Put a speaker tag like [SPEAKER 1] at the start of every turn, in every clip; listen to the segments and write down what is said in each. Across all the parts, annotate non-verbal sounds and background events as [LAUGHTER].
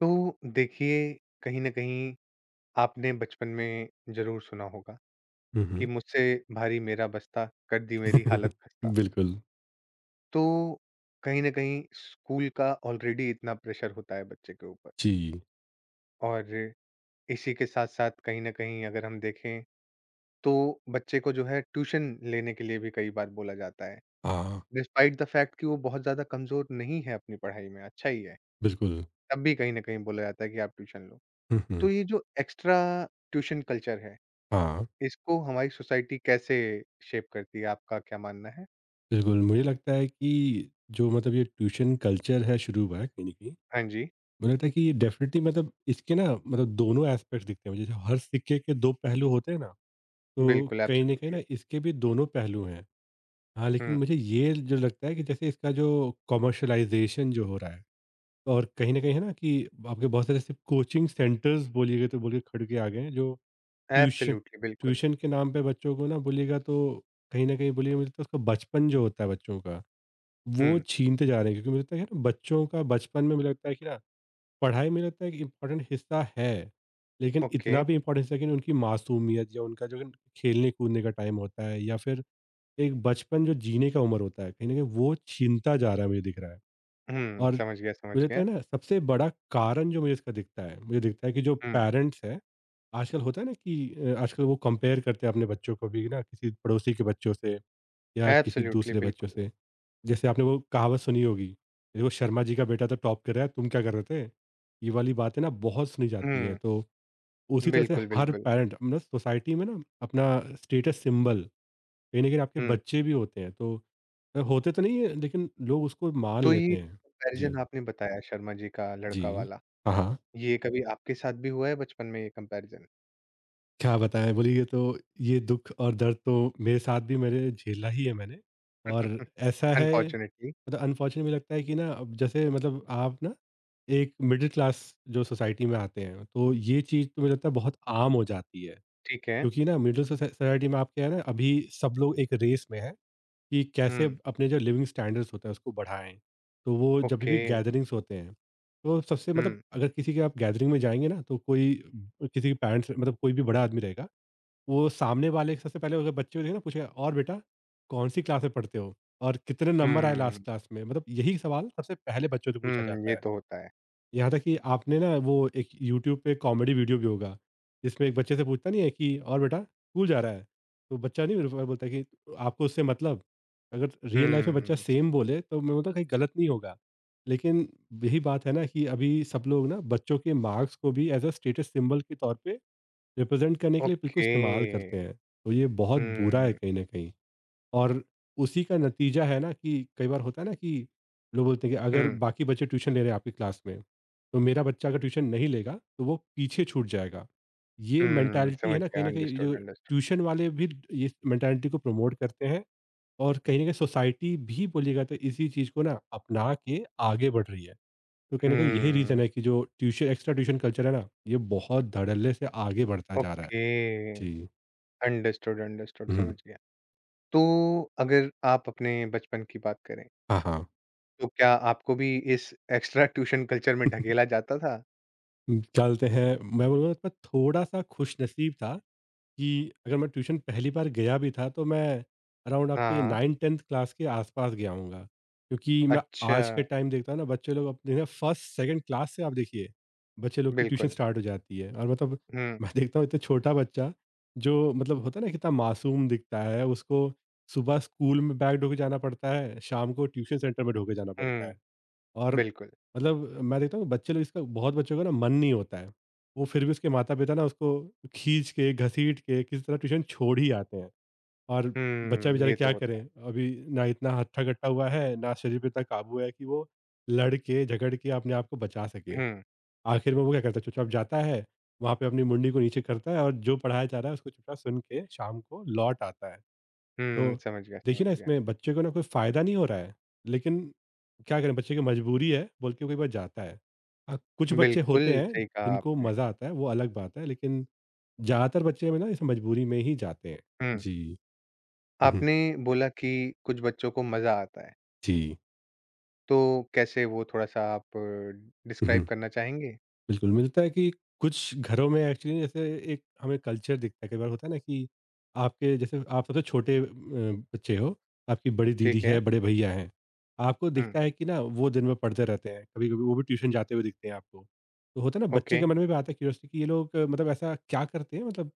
[SPEAKER 1] तो देखिए कहीं न कहीं आपने बचपन में ज़रूर सुना होगा
[SPEAKER 2] हुँ,
[SPEAKER 1] कि
[SPEAKER 2] हुँ।
[SPEAKER 1] मुझसे भारी मेरा बस्ता कर दी मेरी हालत खस्ता।
[SPEAKER 2] [LAUGHS] बिल्कुल।
[SPEAKER 1] तो कहीं न कहीं स्कूल का ऑलरेडी इतना प्रेशर होता है बच्चे के ऊपर
[SPEAKER 2] जी।
[SPEAKER 1] और इसी के साथ-साथ कहीं न कहीं अगर हम देखें तो बच्चे को जो है ट्यूशन लेने के लिए भी कई बार बोला जाता है।
[SPEAKER 2] हाँ,
[SPEAKER 1] डिस्पाइट द फैक्ट कि वो बहुत ज़्यादा कमज़ोर नहीं है अपनी पढ़ाई में, अच्छा ही है।
[SPEAKER 2] बिल्कुल।
[SPEAKER 1] तब भी कहीं न कहीं बोला जाता है कि आप ट्यूशन लो।
[SPEAKER 2] हुँ,
[SPEAKER 1] तो
[SPEAKER 2] हुँ।
[SPEAKER 1] ये जो एक्स्ट्रा ट्यूशन कल्चर है
[SPEAKER 2] हाँ,
[SPEAKER 1] इसको हमारी सोसाइटी कैसे शेप करती है, आपका क्या मानना है?
[SPEAKER 2] बिल्कुल, मुझे लगता है कि जो ये ट्यूशन कल्चर है शुरू हुआ है कहीं न कहीं,
[SPEAKER 1] हाँ जी,
[SPEAKER 2] मुझे लगता है कि ये डेफ़िनिटली इसके ना दोनों एस्पेक्ट्स दिखते हैं मुझे। जैसे हर सिक्के के 2 पहलू होते हैं ना, तो
[SPEAKER 1] बिल्कुल,
[SPEAKER 2] कहीं न कहीं ना
[SPEAKER 1] एब्सोल्युटली।
[SPEAKER 2] इसके भी दोनों पहलू हैं। हाँ, लेकिन
[SPEAKER 1] हुँ,
[SPEAKER 2] मुझे ये जो लगता है कि जैसे इसका जो कमर्शियलाइज़ेशन जो हो रहा है, और कहीं न कहीं है ना कि आपके बहुत सारे सिर्फ़ कोचिंग सेंटर्स बोलिएगा तो बोलिए खड़ के आ गए हैं जो ट्यूशन
[SPEAKER 1] एब्सोल्युटली, बिल्कुल।
[SPEAKER 2] ट्यूशन के नाम पे बच्चों को ना बोलिएगा तो कहीं न कहीं बोलिए मुझे लगता है उसका बचपन जो होता है बच्चों का, वो
[SPEAKER 1] हुँ,
[SPEAKER 2] छीनते जा रहे हैं। क्योंकि मुझे लगता है कि ना बच्चों का बचपन में मुझे लगता है कि ना पढ़ाई मुझे लगता है एक इम्पोर्टेंट हिस्सा है। लेकिन
[SPEAKER 1] ओके।
[SPEAKER 2] इतना भी इम्पोर्टेंट हिस्सा है कि ना उनकी मासूमियत या उनका जो खेलने-कूदने का टाइम होता है या फिर एक बचपन जो जीने का उम्र होता है, कहीं न कहीं वो छीनता जा रहा है मुझे दिख रहा है।
[SPEAKER 1] हुँ,
[SPEAKER 2] और
[SPEAKER 1] समझ गया, समझ
[SPEAKER 2] मुझे लगता
[SPEAKER 1] गया।
[SPEAKER 2] है ना सबसे बड़ा कारण जो मुझे इसका दिखता है, मुझे दिखता है कि जो
[SPEAKER 1] हुँ,
[SPEAKER 2] पेरेंट्स हैं आजकल होता है ना कि आजकल वो कंपेयर करते हैं अपने बच्चों को भी ना किसी पड़ोसी के बच्चों से या किसी
[SPEAKER 1] एब्सोल्युटली,
[SPEAKER 2] दूसरे बच्चों
[SPEAKER 1] बिल्कुल।
[SPEAKER 2] से। जैसे आपने वो कहावत सुनी होगी, देखो शर्मा जी का बेटा तो टॉप कर रहा है, तुम क्या कर रहे थे? ये वाली बातें ना बहुत सुनी जाती हैं।
[SPEAKER 1] हुँ,
[SPEAKER 2] तो उसी तरह से
[SPEAKER 1] बिल्कुल,
[SPEAKER 2] हर
[SPEAKER 1] बिल्कुल।
[SPEAKER 2] पैरेंट सोसाइटी में ना अपना स्टेटस सिंबल कहीं न कहीं आपके
[SPEAKER 1] हुँ,
[SPEAKER 2] बच्चे भी होते हैं। तो होते तो नहीं है लेकिन लोग उसको मान
[SPEAKER 1] तो
[SPEAKER 2] लेते
[SPEAKER 1] ये
[SPEAKER 2] हैं। जी।
[SPEAKER 1] कंपैरिज़न आपने बताया शर्मा जी का लड़का
[SPEAKER 2] जी।
[SPEAKER 1] वाला,
[SPEAKER 2] हाँ, हाँ।
[SPEAKER 1] ये कभी आपके साथ भी हुआ है बचपन में ये कंपैरिज़न? अनफॉर्च्यूनेटली,
[SPEAKER 2] क्या बताएँ? बोलिए तो ये दुःख और दर्द तो मेरे साथ भी मेरे झेला ही है मैंने। और
[SPEAKER 1] [LAUGHS]
[SPEAKER 2] ऐसा है अनफॉर्चुनेटली मुझे लगता है कि ना अब जैसे आप ना एक मिडल क्लास जो सोसाइटी में आते हैं, तो ये चीज़ तो मुझे लगता है बहुत आम हो जाती है।
[SPEAKER 1] ठीक है।
[SPEAKER 2] क्योंकि ना मिडल सोसाइटी में आप क्या है ना अभी सब लोग एक रेस में हैं कि कैसे
[SPEAKER 1] हुँ,
[SPEAKER 2] अपने जो लिविंग स्टैंडर्ड्स होते हैं उसको बढ़ाएँ। तो वो जब
[SPEAKER 1] ओके।
[SPEAKER 2] भी गैदरिंग्स होते हैं, तो सबसे
[SPEAKER 1] हुँ,
[SPEAKER 2] अगर किसी के आप गैदरिंग में जाएँगे ना तो कोई किसी के पेरेंट्स कोई भी बड़ा आदमी रहेगा, वो सामने वाले सबसे पहले अगर बच्चे को देखे ना पूछेगा और बेटा कौन सी क्लास में पढ़ते हो और कितने नंबर आए लास्ट
[SPEAKER 1] हुँ,
[SPEAKER 2] क्लास में यही सवाल सबसे पहले बच्चों से पूछा
[SPEAKER 1] हुँ,
[SPEAKER 2] जाता
[SPEAKER 1] ये
[SPEAKER 2] है।
[SPEAKER 1] तो होता है।
[SPEAKER 2] यहाँ तक कि आपने ना वो एक यूट्यूब पे कॉमेडी वीडियो भी होगा जिसमें एक बच्चे से पूछता नहीं है कि और बेटा स्कूल जा रहा है तो बच्चा नहीं बोलता कि आपको उससे अगर रियल लाइफ में बच्चा
[SPEAKER 1] हुँ,
[SPEAKER 2] सेम बोले तो मैं बोलता कहीं गलत नहीं होगा। लेकिन यही बात है ना कि अभी सब लोग ना बच्चों के मार्क्स को भी एज अ स्टेटस सिंबल के तौर पे रिप्रेजेंट करने के लिए बिल्कुल
[SPEAKER 1] ओके।
[SPEAKER 2] इस्तेमाल करते हैं। तो ये बहुत बुरा है
[SPEAKER 1] हुँ।
[SPEAKER 2] कहीं ना कहीं। और उसी का नतीजा है ना कि कई बार होता है ना कि लोग बोलते हैं कि अगर
[SPEAKER 1] हुँ,
[SPEAKER 2] बाकी बच्चे ट्यूशन ले रहे हैं आपकी क्लास में तो मेरा बच्चा अगर ट्यूशन नहीं लेगा तो वो पीछे छूट जाएगा। ये
[SPEAKER 1] हुँ,
[SPEAKER 2] मेंटालिटी है
[SPEAKER 1] समझ गया,
[SPEAKER 2] ना कहीं जो
[SPEAKER 1] अंडरस्टूड, अंडरस्टूड।
[SPEAKER 2] ट्यूशन वाले भी ये मेंटालिटी को प्रमोट करते हैं। और कहीं ना कहीं सोसाइटी भी बोलिएगा तो इसी चीज़ को ना अपना के आगे बढ़ रही है। तो कहीं ना कहीं यही रीज़न
[SPEAKER 1] हुँ,
[SPEAKER 2] है कि जो ट्यूशन एक्स्ट्रा ट्यूशन कल्चर है ना ये बहुत धड़ल्ले से आगे बढ़ता जा रहा है।
[SPEAKER 1] ओके,
[SPEAKER 2] जी।
[SPEAKER 1] अंडरस्टूड, अंडरस्टूड,
[SPEAKER 2] हुँ।
[SPEAKER 1] समझ गया। तो अगर आप अपने बचपन की बात करें,
[SPEAKER 2] हाँ, हाँ।
[SPEAKER 1] तो क्या आपको भी इस एक्स्ट्रा ट्यूशन कल्चर में ढकेला
[SPEAKER 2] [LAUGHS]
[SPEAKER 1] जाता था?
[SPEAKER 2] क्या बोलते हैं, मैं बोलूँगा उसमें थोड़ा-सा खुशनसीब था कि अगर मैं ट्यूशन पहली बार गया भी था, तो मैं अराउंड
[SPEAKER 1] हाँ,
[SPEAKER 2] आपके
[SPEAKER 1] हाँ।
[SPEAKER 2] 9-10th क्लास के आस-पास गया हूँगा। क्योंकि मैं
[SPEAKER 1] अच्छा,
[SPEAKER 2] आज के टाइम देखता हूँ ना, बच्चे लोग अपने ना 1st, 2nd क्लास से आप देखिए, बच्चे लोग की ट्यूशन
[SPEAKER 1] बिल्कुल।
[SPEAKER 2] स्टार्ट हो जाती है। और
[SPEAKER 1] हुँ,
[SPEAKER 2] मैं देखता हूँ इतना छोटा बच्चा, जो होता है ना, कितना मासूम दिखता है, उसको सुबह स्कूल में बैग ढो के जाना पड़ता है, शाम को ट्यूशन सेंटर में ढो के जाना पड़ता है।
[SPEAKER 1] हुँ,
[SPEAKER 2] और
[SPEAKER 1] बिल्कुल।
[SPEAKER 2] मतलब मैं देखता हूँ बच्चे लोग इसका बहुत बच्चों का ना मन नहीं होता है। वो फिर भी उसके माता-पिता ना उसको खींच के, घसीट के किसी तरह ट्यूशन छोड़ ही आते हैं। और बच्चा
[SPEAKER 1] हुँ,
[SPEAKER 2] बेचारे
[SPEAKER 1] ये तो
[SPEAKER 2] क्या
[SPEAKER 1] होता
[SPEAKER 2] करें?
[SPEAKER 1] है।
[SPEAKER 2] अभी ना इतना हट्टा-कट्टा हुआ है, ना शरीर पे इतना काबू है कि वो लड़ के, झगड़ के अपने आप को बचा सके।
[SPEAKER 1] हुँ,
[SPEAKER 2] आखिर में वो क्या करता है चुपचाप जाता है, वहाँ पे अपनी मुंडी को नीचे करता है और जो पढ़ाया जा रहा है उसको चुपचाप सुन के शाम को लौट आता है। तो
[SPEAKER 1] हुँ, समझ गया,
[SPEAKER 2] देखिए ना
[SPEAKER 1] समझ गया।
[SPEAKER 2] इसमें बच्चे को ना कोई फ़ायदा नहीं हो रहा है, लेकिन क्या करें बच्चे की मजबूरी है बोल के वो कई बार जाता है। हाँ, कुछ बच्चे
[SPEAKER 1] बिल्कुल,
[SPEAKER 2] होते हैं
[SPEAKER 1] सही कहा
[SPEAKER 2] जिनको
[SPEAKER 1] आपने।
[SPEAKER 2] मज़ा आता है वो अलग बात है, लेकिन ज़्यादातर बच्चे में ना इस मजबूरी में ही जाते हैं।
[SPEAKER 1] हुँ,
[SPEAKER 2] जी। हुँ, हुँ।
[SPEAKER 1] आपने बोला कि कुछ बच्चों को मज़ा आता है।
[SPEAKER 2] जी।
[SPEAKER 1] तो कैसे वो थोड़ा-सा आप
[SPEAKER 2] हुँ,
[SPEAKER 1] डिस्क्राइब
[SPEAKER 2] हुँ।
[SPEAKER 1] करना चाहेंगे?
[SPEAKER 2] बिल्कुल, मिलता है कि कुछ घरों में एक्चुअली जैसे एक हमें कल्चर दिखता है, कई बार होता है ना कि आपके जैसे आप सबसे छोटे बच्चे हो, आपकी बड़ी दीदी
[SPEAKER 1] ठीक
[SPEAKER 2] है,
[SPEAKER 1] है।
[SPEAKER 2] बड़े भैया हैं। आपको
[SPEAKER 1] हुँ,
[SPEAKER 2] दिखता है कि ना वो दिन में पढ़ते रहते हैं, कभी-कभी वो भी ट्यूशन जाते हुए दिखते हैं आपको। तो होता है ना बच्चे
[SPEAKER 1] ओके।
[SPEAKER 2] के मन में भी आता है क्यूरियोसिटी कि ये लोग ऐसा क्या करते हैं।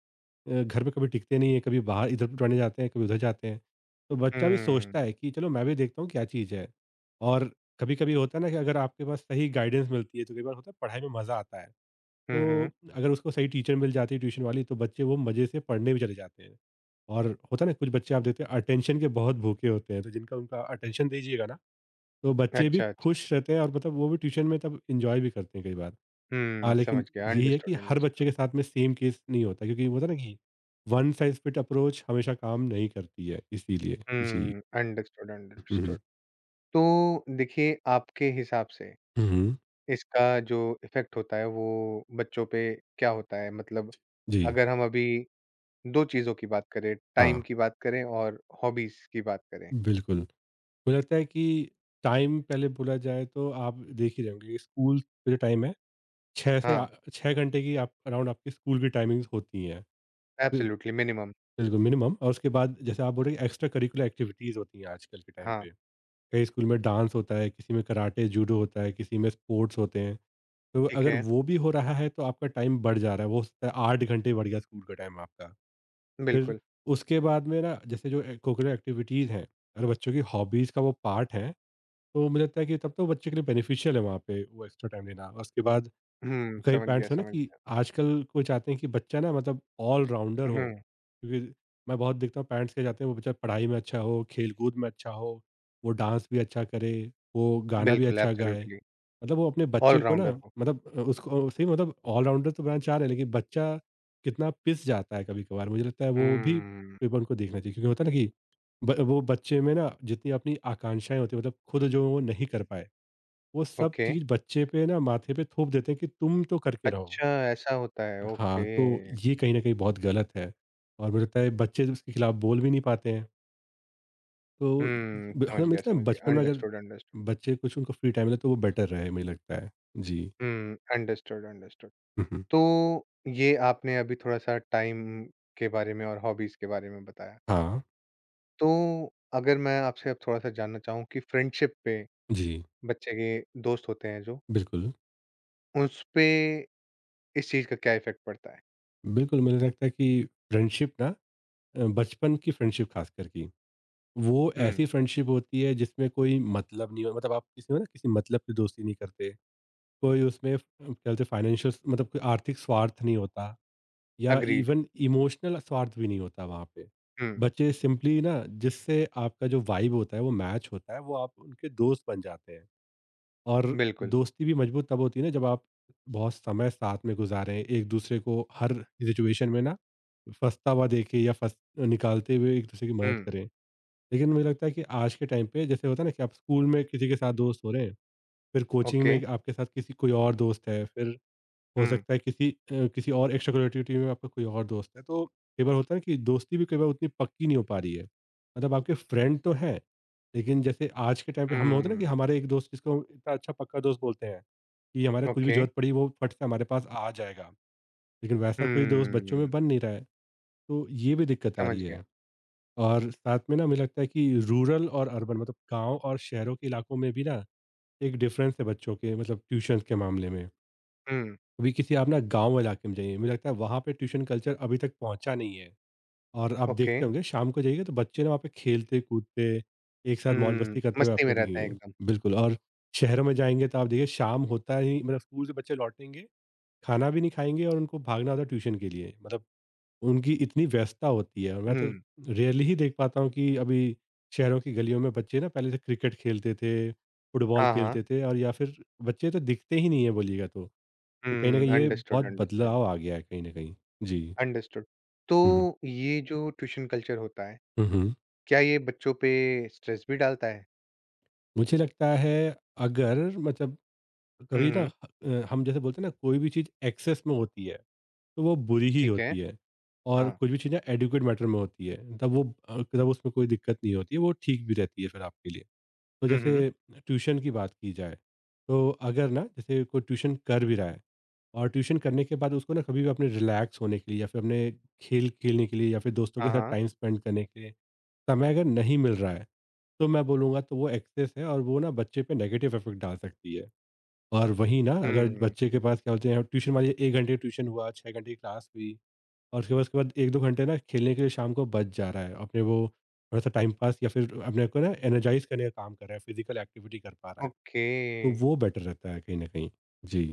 [SPEAKER 2] घर में कभी टिकते नहीं हैं, कभी बाहर इधर पढ़ने जाते हैं, कभी उधर जाते हैं। तो बच्चा भी
[SPEAKER 1] हुँ।
[SPEAKER 2] सोचता है कि चलो मैं भी देखता हूँ क्या चीज़ है। और कभी कभी होता है ना कि अगर आपके पास सही गाइडेंस मिलती है तो कई बार होता है पढ़ाई में मजा आता है। तो
[SPEAKER 1] हुँ, हुँ।
[SPEAKER 2] अगर उसको सही टीचर मिल जाती है ट्यूशन वाली तो बच्चे वो मजे से पढ़ने भी चले जाते हैं। और होता है ना कुछ बच्चे आप देखते हैं अटेंशन के बहुत भूखे होते हैं तो जिनका उनका अटेंशन दीजिएगा ना तो बच्चे भी
[SPEAKER 1] अच्छा, अच्छा।
[SPEAKER 2] खुश रहते हैं और वो भी ट्यूशन में तब इंजॉय भी करते हैं कई बार। हाँ,
[SPEAKER 1] हुँ, समझ
[SPEAKER 2] लेकिन
[SPEAKER 1] गया।
[SPEAKER 2] यही है कि
[SPEAKER 1] अंडरस्टूड,
[SPEAKER 2] हर बच्चे के
[SPEAKER 1] अंडरस्टूड।
[SPEAKER 2] साथ में सेम केस नहीं होता क्योंकि होता है ना कि वन साइज फिट अप्रोच हमेशा काम नहीं करती है इसीलिए। जी।
[SPEAKER 1] हुँ, अंडरस्टूड,
[SPEAKER 2] हम्म।
[SPEAKER 1] अंडरस्टूड। तो देखिए, आपके हिसाब से
[SPEAKER 2] हम्म।
[SPEAKER 1] इसका जो इफ़ेक्ट होता है वो बच्चों पे क्या होता है? मतलब
[SPEAKER 2] जी।
[SPEAKER 1] अगर हम अभी 2 चीज़ों की बात करें, टाइम
[SPEAKER 2] हाँ,
[SPEAKER 1] की बात करें और हॉबीज़ की बात करें।
[SPEAKER 2] बिल्कुल, मुझे लगता है कि टाइम पहले बोला जाए तो आप देख ही रहे होंगे कि स्कूल का जो टाइम है 6 से आ
[SPEAKER 1] हाँ,
[SPEAKER 2] 6 घंटे की आप अराउंड आपकी स्कूल की टाइमिंग्स होती हैं। बिल
[SPEAKER 1] एब्सोल्यूटली मिनिमम।
[SPEAKER 2] बिल्कुल मिनिमम। और उसके बाद जैसे आप बोल रहे हैं एक्स्ट्रा करिकुलर एक्टिविटीज़ होती हैं आजकल के टाइम
[SPEAKER 1] हाँ,
[SPEAKER 2] पे। कई स्कूल में डांस होता है, किसी में कराटे, जूडो होता है, किसी में स्पोर्ट्स होते हैं। तो
[SPEAKER 1] ठीक
[SPEAKER 2] अगर
[SPEAKER 1] है।
[SPEAKER 2] वो भी हो रहा है तो आपका टाइम बढ़ जा रहा है। वो हो सकता है 8 घंटे बढ़ गया स्कूल का टाइम आपका। फिर
[SPEAKER 1] बिल्कुल।
[SPEAKER 2] उसके बाद में ना जैसे जो ए को-करिकुलर एक्टिविटीज़ हैं, अगर बच्चों की हॉबीज़ का वो पार्ट हैं तो मुझे लगता है कि तब तो बच्चे के लिए बेनिफिशियल है वहाँ पे वो एक्स्ट्रा टाइम देना। उसके बाद
[SPEAKER 1] हुँ,
[SPEAKER 2] कई
[SPEAKER 1] समझ गया,
[SPEAKER 2] पेरेंट्स हैं ना
[SPEAKER 1] समझ
[SPEAKER 2] कि
[SPEAKER 1] गया।
[SPEAKER 2] आजकल को चाहते हैं कि बच्चा ना ऑल राउंडर
[SPEAKER 1] हुँ,
[SPEAKER 2] हो। क्योंकि मैं बहुत देखता हूँ पेरेंट्स क्या चाहते हैं वो बच्चा पढ़ाई में अच्छा हो, खेल कूद में अच्छा हो, वो डांस भी अच्छा करे, वो गाना भी
[SPEAKER 1] बिल्कुल,
[SPEAKER 2] अच्छा गाए।
[SPEAKER 1] एब्सोल्यूटली,
[SPEAKER 2] वो अपने बच्चे को ना
[SPEAKER 1] ऑल-राउंडर हो।
[SPEAKER 2] उसको सही ऑलराउंडर तो बनाना चाह रहे हैं, लेकिन बच्चा कितना पिस जाता है कभी कभार मुझे लगता है वो भी
[SPEAKER 1] हुँ,
[SPEAKER 2] तकरीबन को देखना चाहिए। क्योंकि होता है ना कि वो बच्चे में ना जितनी अपनी आकांक्षाएं होती है खुद जो वो नहीं कर पाए वो सब
[SPEAKER 1] ओके।
[SPEAKER 2] चीज़ बच्चे पे ना माथे पे थोप देते हैं कि तुम तो करके रहो।
[SPEAKER 1] अच्छा, ऐसा होता है,
[SPEAKER 2] हाँ,
[SPEAKER 1] ओके।
[SPEAKER 2] तो ये कहीं न कहीं बहुत गलत है और मुझे लगता है बच्चे उसके खिलाफ बोल भी नहीं पाते हैं। तो
[SPEAKER 1] हुँ,
[SPEAKER 2] ब
[SPEAKER 1] समझ
[SPEAKER 2] हमें
[SPEAKER 1] गया,
[SPEAKER 2] मिलता है
[SPEAKER 1] समझ गया।
[SPEAKER 2] बचपन में अगर
[SPEAKER 1] अंडरस्टूड, अंडरस्टूड।
[SPEAKER 2] बच्चे कुछ उनको फ्री टाइम मिले तो वो बेटर रहे मुझे लगता है। जी।
[SPEAKER 1] हुँ, अंडरस्टूड, अंडरस्टूड।
[SPEAKER 2] हुँ, हुँ।
[SPEAKER 1] तो ये आपने अभी थोड़ा-सा टाइम के बारे में और हॉबीज़ के बारे में बताया।
[SPEAKER 2] हाँ,
[SPEAKER 1] तो अगर मैं आपसे अब थोड़ा-सा जानना चाहूँ कि फ्रेंडशिप पे
[SPEAKER 2] जी।
[SPEAKER 1] बच्चे के दोस्त होते हैं जो,
[SPEAKER 2] बिल्कुल,
[SPEAKER 1] उसपे इस चीज़ का क्या इफ़ेक्ट पड़ता है?
[SPEAKER 2] बिल्कुल, मुझे लगता है कि फ्रेंडशिप ना बचपन की फ्रेंडशिप ख़ासकर की, वो
[SPEAKER 1] हुँ,
[SPEAKER 2] ऐसी फ्रेंडशिप होती है जिसमें कोई मतलब नहीं हो, आप किसी ना किसी मतलब की दोस्ती नहीं करते। कोई उसमें फ क्या बोलते हैं फाइनेंशियल कोई आर्थिक स्वार्थ नहीं होता या
[SPEAKER 1] एग्रीड।
[SPEAKER 2] इवन इमोशनल स्वार्थ भी नहीं होता वहाँ पे।
[SPEAKER 1] हुँ,
[SPEAKER 2] बच्चे सिंपली ना जिससे आपका जो वाइब होता है वो मैच होता है, वो आप उनके दोस्त बन जाते हैं। और
[SPEAKER 1] बिल्कुल।
[SPEAKER 2] दोस्ती भी मजबूत तब होती है ना जब आप बहुत समय साथ में गुज़ारें, एक दूसरे को हर सिचुएशन में ना फँसता हुआ देखें या फँस निकालते हुए एक दूसरे की मदद
[SPEAKER 1] हुँ,
[SPEAKER 2] करें। लेकिन मुझे लगता है कि आज के टाइम पे जैसे होता है ना कि आप स्कूल में किसी के साथ दोस्त हो रहे हैं, फिर कोचिंग
[SPEAKER 1] ओके।
[SPEAKER 2] में आपके साथ किसी कोई और दोस्त है, फिर हो
[SPEAKER 1] हुँ,
[SPEAKER 2] सकता है किसी और एक्स्ट्रा टीम में आपका कोई और दोस्त है। तो कई बार होता है ना कि दोस्ती भी कई बार उतनी पक्की नहीं हो पा रही है। मतलब आपके फ्रेंड तो हैं, लेकिन जैसे आज के टाइम पे हम होते हैं ना कि
[SPEAKER 1] हुँ।
[SPEAKER 2] हमारे एक दोस्त जिसको हम इतना अच्छा पक्का दोस्त बोलते हैं कि हमारे कुछ भी
[SPEAKER 1] ओके।
[SPEAKER 2] जरूरत पड़ी वो फट से हमारे पास आ जाएगा। लेकिन वैसा कोई दोस्त बच्चों में
[SPEAKER 1] हम्म,
[SPEAKER 2] बन नहीं रहा है, तो ये भी दिक्कत आ
[SPEAKER 1] समझ
[SPEAKER 2] रही
[SPEAKER 1] गया।
[SPEAKER 2] है। और साथ में ना मुझे लगता है कि रूरल और अर्बन, मतलब गांव और शहरों के इलाकों में भी ना एक डिफरेंस है बच्चों के, मतलब ट्यूशन के मामले में।
[SPEAKER 1] हुँ,
[SPEAKER 2] कभी किसी आप ना गाँव इलाके में जाइए, मुझे लगता है वहाँ पे ट्यूशन कल्चर अभी तक पहुँचा नहीं है। और आप
[SPEAKER 1] ओके।
[SPEAKER 2] देखते होंगे शाम को जाइएगा तो बच्चे ना वहाँ पे खेलते-कूदते, एक साथ
[SPEAKER 1] हुँ,
[SPEAKER 2] मौज-मस्ती करते हुए
[SPEAKER 1] मस्ती
[SPEAKER 2] आपको
[SPEAKER 1] में रहता है
[SPEAKER 2] दिखेंगे।
[SPEAKER 1] एकदम।
[SPEAKER 2] बिल्कुल। और शहरों में जाएँगे तो आप देखिए शाम होता ही मतलब स्कूल से बच्चे लौटेंगे, खाना भी नहीं खाएँगे और उनको भागना होता है ट्यूशन के लिए। मतलब उनकी इतनी व्यस्तता होती है। और मैं
[SPEAKER 1] हुँ,
[SPEAKER 2] तो रेयरली ही देख पाता हूँ कि अभी शहरों की गलियों में बच्चे ना पहले से क्रिकेट खेलते थे, फुटबॉल
[SPEAKER 1] हाँ, हाँ।
[SPEAKER 2] खेलते थे और या फिर बच्चे तो दिखते ही नहीं हैं बोलिएगा तो। तो कहीं न
[SPEAKER 1] हुँ,
[SPEAKER 2] कहीं ये
[SPEAKER 1] अंडरस्टूड,
[SPEAKER 2] बहुत
[SPEAKER 1] अंडरस्टूड,
[SPEAKER 2] बदलाव आ गया है कहीं न कहीं। जी।
[SPEAKER 1] अंडरस्टूड। तो
[SPEAKER 2] हुँ, हुँ।
[SPEAKER 1] ये जो ट्यूशन कल्चर होता है,
[SPEAKER 2] हुँ, हुँ।
[SPEAKER 1] क्या ये बच्चों पे स्ट्रेस भी डालता है?
[SPEAKER 2] मुझे लगता है अगर मतलब
[SPEAKER 1] हुँ,
[SPEAKER 2] कभी ना
[SPEAKER 1] हुँ,
[SPEAKER 2] हम जैसे बोलते हैं ना कोई भी चीज़ एक्सेस में होती है, तो वो बुरी ही
[SPEAKER 1] ठीक है।
[SPEAKER 2] होती है। और
[SPEAKER 1] हाँ।
[SPEAKER 2] कुछ भी चीज़ ना एडुकेट मैटर में होती है, तब उसमें कोई दिक्कत नहीं होती है, वो ठीक भी रहती है फिर आपके लिए। तो
[SPEAKER 1] हुँ, हुँ,
[SPEAKER 2] जैसे ट्यूशन की बात की जाए, तो अगर ना जैसे कोई ट्यूशन कर भी रहा है और ट्यूशन करने के बाद उसको ना कभी भी अपने रिलैक्स होने के लिए या फिर अपने खेल खेलने के लिए या फिर दोस्तों
[SPEAKER 1] हाँ,
[SPEAKER 2] के साथ
[SPEAKER 1] हाँ।
[SPEAKER 2] टाइम स्पेंड करने के लिए समय अगर नहीं मिल रहा है, तो मैं बोलूँगा तो वो एक्सेस है और वो ना बच्चे पे नेगेटिव इफ़ेक्ट डाल सकती है। और वहीं ना अगर
[SPEAKER 1] हुँ,
[SPEAKER 2] बच्चे के पास क्या बोलते हैं ट्यूशन मान लीजिए 1 घंटे ट्यूशन हुआ, 6 घंटे की क्लास हुई और उसके बाद 1-2 घंटे ना खेलने के लिए शाम को बच जा रहा है। अपने वो थोड़ा-सा टाइम पास या फिर अपने को ना एनर्जाइज़ करने का काम कर रहा है, फिज़िकल एक्टिविटी कर पा रहा है।
[SPEAKER 1] ओके।
[SPEAKER 2] तो वो बेटर रहता है कहीं न कहीं। जी।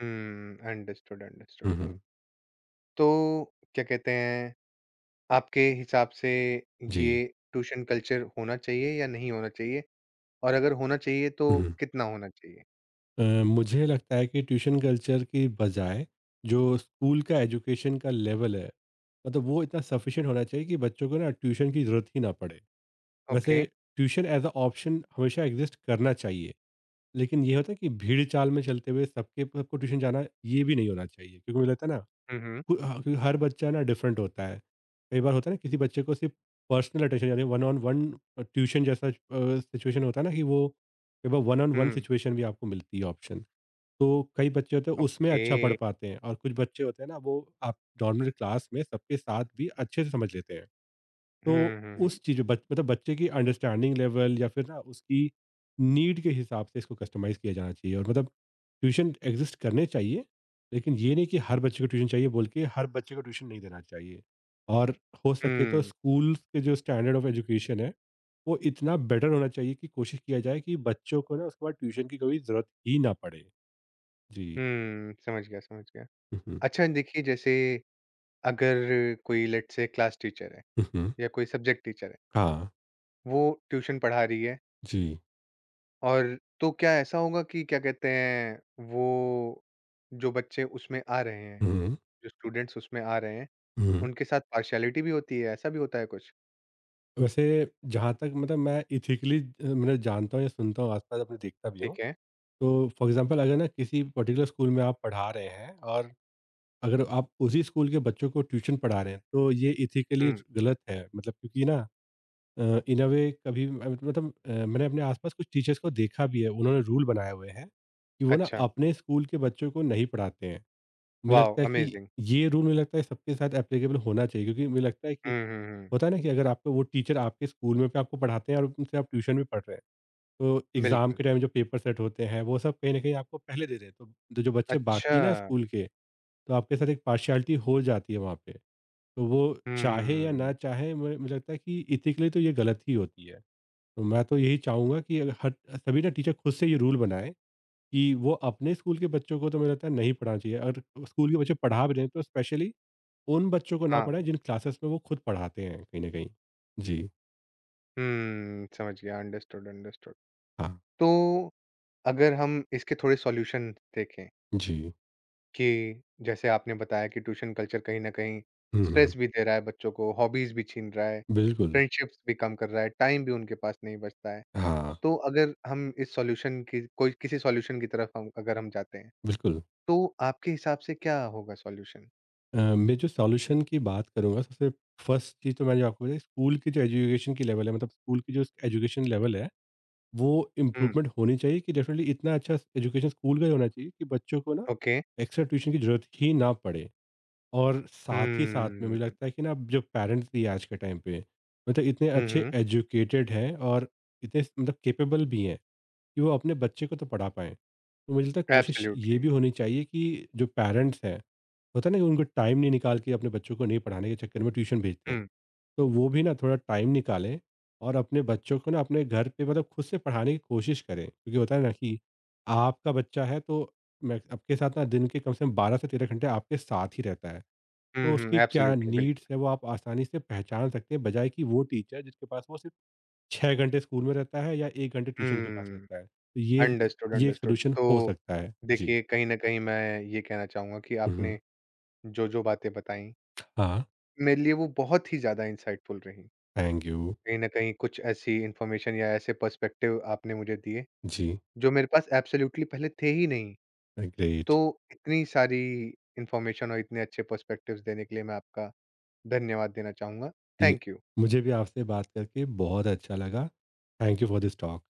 [SPEAKER 1] हुँ, अंडरस्टूड, अंडरस्टूड,
[SPEAKER 2] हुँ, हुँ।
[SPEAKER 1] समझ। तो क्या कहते हैं, आपके हिसाब से
[SPEAKER 2] जी।
[SPEAKER 1] ये ट्यूशन कल्चर होना चाहिए या नहीं होना चाहिए? और अगर होना चाहिए तो
[SPEAKER 2] हुँ, हुँ।
[SPEAKER 1] कितना होना चाहिए?
[SPEAKER 2] मुझे लगता है कि ट्यूशन कल्चर की बजाय जो स्कूल का एजुकेशन का लेवल है, मतलब वो इतना सफिशिएंट होना चाहिए कि बच्चों को ना ट्यूशन की ज़रूरत ही ना पड़े। वैसे
[SPEAKER 1] okay.
[SPEAKER 2] Tuition as a option हमेशा एग्ज़िस्ट करना चाहिए, लेकिन ये होता है कि भीड़-चाल में चलते हुए सबके सबको ट्यूशन जाना ये भी नहीं होना चाहिए, क्योंकि मुझे लगता है ना
[SPEAKER 1] हुँ, हुँ।
[SPEAKER 2] कु ह क्योंकि हर बच्चा ना डिफरेंट होता है। कई बार होता है ना किसी बच्चे को सिर्फ़ पर्सनल अटेंशन यानी वन ऑन वन ट्यूशन जैसा सिचुएशन होता है ना कि वो कई बार वन ऑन वन
[SPEAKER 1] हुँ,
[SPEAKER 2] सिचुएशन भी आपको मिलती है ऑप्शन। तो कई बच्चे होते हैं उसमें
[SPEAKER 1] ओके।
[SPEAKER 2] अच्छा पढ़ पाते हैं और कुछ बच्चे होते हैं ना वो आप नॉर्मल क्लास में सबके साथ भी अच्छे से समझ लेते हैं। तो
[SPEAKER 1] हुँ, हुँ, हुँ।
[SPEAKER 2] मतलब बच्चे की अंडरस्टैंडिंग लेवल या फिर ना उसकी नीड के हिसाब से इसको कस्टमाइज किया जाना चाहिए। और मतलब ट्यूशन एग्जिस्ट करने चाहिए, लेकिन ये नहीं कि हर बच्चे को ट्यूशन चाहिए बोल के हर बच्चे को ट्यूशन नहीं देना चाहिए। और हो सके तो
[SPEAKER 1] हुँ,
[SPEAKER 2] स्कूल के जो स्टैंडर्ड ऑफ एजुकेशन है वो इतना बेटर होना चाहिए कि कोशिश किया जाए कि बच्चों को ना उसके बाद ट्यूशन की कोई ज़रूरत ही ना पड़े। जी।
[SPEAKER 1] हुँ, समझ गया, समझ गया।
[SPEAKER 2] [LAUGHS]
[SPEAKER 1] अच्छा देखिए जैसे अगर कोई लेट्स से क्लास टीचर है
[SPEAKER 2] हुँ, हुँ।
[SPEAKER 1] या कोई सब्जेक्ट टीचर है,
[SPEAKER 2] हाँ,
[SPEAKER 1] वो ट्यूशन पढ़ा रही है
[SPEAKER 2] जी।
[SPEAKER 1] और तो क्या ऐसा होगा कि क्या कहते हैं, वो जो बच्चे उसमें आ रहे हैं,
[SPEAKER 2] हुँ,
[SPEAKER 1] जो स्टूडेंट्स उसमें आ रहे हैं,
[SPEAKER 2] हुँ।
[SPEAKER 1] उनके साथ पार्शियलिटी भी होती है, ऐसा भी होता है कुछ?
[SPEAKER 2] वैसे जहाँ तक मतलब मैं एथिकली मतलब जानता हूँ या सुनता हूँ आस-पास अपने देखता भी हूँ,
[SPEAKER 1] ठीक है।
[SPEAKER 2] तो फॉर एग्ज़ाम्पल अगर ना किसी पर्टिकुलर स्कूल में आप पढ़ा रहे हैं और अगर आप उसी स्कूल के बच्चों को ट्यूशन पढ़ा रहे हैं, तो ये एथिकली
[SPEAKER 1] हुँ,
[SPEAKER 2] गलत है। मतलब क्योंकि ना इन अ वे कभी म मतलब अ, मैंने अपने आस-पास कुछ टीचर्स को देखा भी है, उन्होंने रूल बनाए हुए हैं कि वो ना
[SPEAKER 1] अच्छा,
[SPEAKER 2] अपने स्कूल के बच्चों को नहीं पढ़ाते हैं। मुझे
[SPEAKER 1] वॉव!
[SPEAKER 2] लगता है कि
[SPEAKER 1] अमेज़िंग।
[SPEAKER 2] ये रूल मुझे लगता है सबके साथ एप्लीकेबल होना चाहिए, क्योंकि मुझे लगता है कि
[SPEAKER 1] हुँ, हुँ, हुँ,
[SPEAKER 2] होता है ना कि अगर आपको वो टीचर आपके स्कूल में भी आपको पढ़ाते हैं और उनसे आप ट्यूशन भी पढ़ रहे हैं, तो एग्जाम
[SPEAKER 1] बिल्कुल।
[SPEAKER 2] के टाइम जो पेपर सेट होते हैं वो सब कहीं ना कहीं आपको पहले दे रहे हैं। तो जो जो बच्चे
[SPEAKER 1] अच्छा,
[SPEAKER 2] बाकी ना स्कूल के, तो आपके साथ एक पार्शियलिटी हो जाती है वहाँ पे। तो वो चाहे या ना
[SPEAKER 1] हुँ।
[SPEAKER 2] चाहे मुझे मुझे लगता है कि इथिकली तो ये गलत ही होती है। तो मैं तो यही चाहूँगा कि अगर हर सभी ना टीचर खुद से ये रूल बनाएँ कि वो अपने स्कूल के बच्चों को तो मुझे लगता है नहीं पढ़ाना चाहिए। अगर स्कूल के बच्चे पढ़ा भी रहे हैं तो स्पेशली उन बच्चों को ना
[SPEAKER 1] हाँ,
[SPEAKER 2] पढ़ाएं जिन क्लासेस में वो खुद पढ़ाते हैं कहीं न कहीं। जी,
[SPEAKER 1] हुँ, समझ गया, अंडरस्टूड, अंडरस्टूड।
[SPEAKER 2] हाँ,
[SPEAKER 1] तो अगर हम इसके थोड़े सॉल्यूशन देखें
[SPEAKER 2] जी।
[SPEAKER 1] कि जैसे आपने बताया कि ट्यूशन कल्चर कहीं न कहीं
[SPEAKER 2] हुँ, हुँ,
[SPEAKER 1] स्ट्रेस भी दे रहा है बच्चों को, हॉबीज़ भी छीन रहा है,
[SPEAKER 2] बिल्कुल।
[SPEAKER 1] फ्रेंडशिप्स भी कम कर रहा है, टाइम भी उनके पास नहीं बचता है।
[SPEAKER 2] हाँ,
[SPEAKER 1] तो अगर हम इस सॉल्यूशन की कोई किसी सॉल्यूशन की तरफ हम अगर हम जाते हैं,
[SPEAKER 2] बिल्कुल।
[SPEAKER 1] तो आपके हिसाब से क्या होगा सॉल्यूशन?
[SPEAKER 2] मैं जो सॉल्यूशन की बात करूँगा सबसे फर्स्ट चीज़ तो मैंने जो आपको बताई स्कूल की जो एजुकेशन की लेवल है, मतलब स्कूल की जो एजुकेशन लेवल है वो
[SPEAKER 1] हुँ,
[SPEAKER 2] इम्प्रूवमेंट होनी चाहिए कि डेफ़िनेटली इतना अच्छा एजुकेशन स्कूल का ही होना चाहिए कि बच्चों को ना
[SPEAKER 1] ओके।
[SPEAKER 2] एक्स्ट्रा ट्यूशन की ज़रूरत ही ना पड़े। और साथ ही साथ में
[SPEAKER 1] हुँ।
[SPEAKER 2] मुझे लगता है कि ना जो पेरेंट्स भी हैं आज के टाइम पे, मतलब इतने
[SPEAKER 1] हुँ,
[SPEAKER 2] अच्छे
[SPEAKER 1] हुँ,
[SPEAKER 2] एजुकेटेड हैं और इतने मतलब कैपेबल भी हैं कि वो अपने बच्चे को तो पढ़ा पाएँ। तो मुझे लगता है कोशिश ये
[SPEAKER 1] एब्सोल्यूटली।
[SPEAKER 2] भी होनी चाहिए कि जो पेरेंट्स हैं, होता है ना कि उनको टाइम नहीं निकाल के अपने बच्चों को नहीं पढ़ाने के चक्कर में ट्यूशन भेजते हैं।
[SPEAKER 1] हुँ।
[SPEAKER 2] तो वो भी ना थोड़ा टाइम निकालें और अपने बच्चों को ना अपने घर पे मतलब खुद से पढ़ाने की कोशिश करें, क्योंकि होता है ना कि आपका बच्चा है तो मैं आपके साथ ना दिन के कम से कम 12 से 13 घंटे आपके साथ ही रहता है।
[SPEAKER 1] हुँ,
[SPEAKER 2] तो
[SPEAKER 1] हुँ,
[SPEAKER 2] उसकी क्या
[SPEAKER 1] एब्सोल्युटली,
[SPEAKER 2] नीड्स
[SPEAKER 1] बिल्कुल।
[SPEAKER 2] है वो आप आसानी से पहचान सकते हैं बजाय कि वो टीचर जिसके पास वो सिर्फ 6 घंटे स्कूल में रहता है या 1 घंटे ट्यूशन के पास
[SPEAKER 1] हुँ,
[SPEAKER 2] रहता है। तो ये
[SPEAKER 1] अंडरस्टूड,
[SPEAKER 2] ये एक
[SPEAKER 1] अंडरस्टूड।
[SPEAKER 2] सोल्यूशन हो
[SPEAKER 1] तो
[SPEAKER 2] सकता है। जी।
[SPEAKER 1] देखिए, कहीं न कहीं मैं ये कहना चाहूँगा कि
[SPEAKER 2] मम्म।
[SPEAKER 1] आपने जो-जो बातें बताईं,
[SPEAKER 2] हाँ।
[SPEAKER 1] मेरे लिए वो बहुत ही ज़्यादा इंसाइटफुल रहीं।
[SPEAKER 2] Thank you.
[SPEAKER 1] कहीं न कहीं कुछ ऐसी इन्फॉर्मेशन या ऐसे पर्सपेक्टिव आपने मुझे दिए,
[SPEAKER 2] जी।
[SPEAKER 1] जो मेरे पास एब्सोल्युटली पहले थे ही नहीं। तो
[SPEAKER 2] ग्रेट।
[SPEAKER 1] इतनी सारी इन्फॉर्मेशन और इतने अच्छे पर्सपेक्टिव्स देने के लिए मैं आपका धन्यवाद देना चाहूँगा।
[SPEAKER 2] जी,
[SPEAKER 1] थैंक यू।
[SPEAKER 2] मुझे भी आपसे बात करके बहुत अच्छा लगा। Thank you for this talk.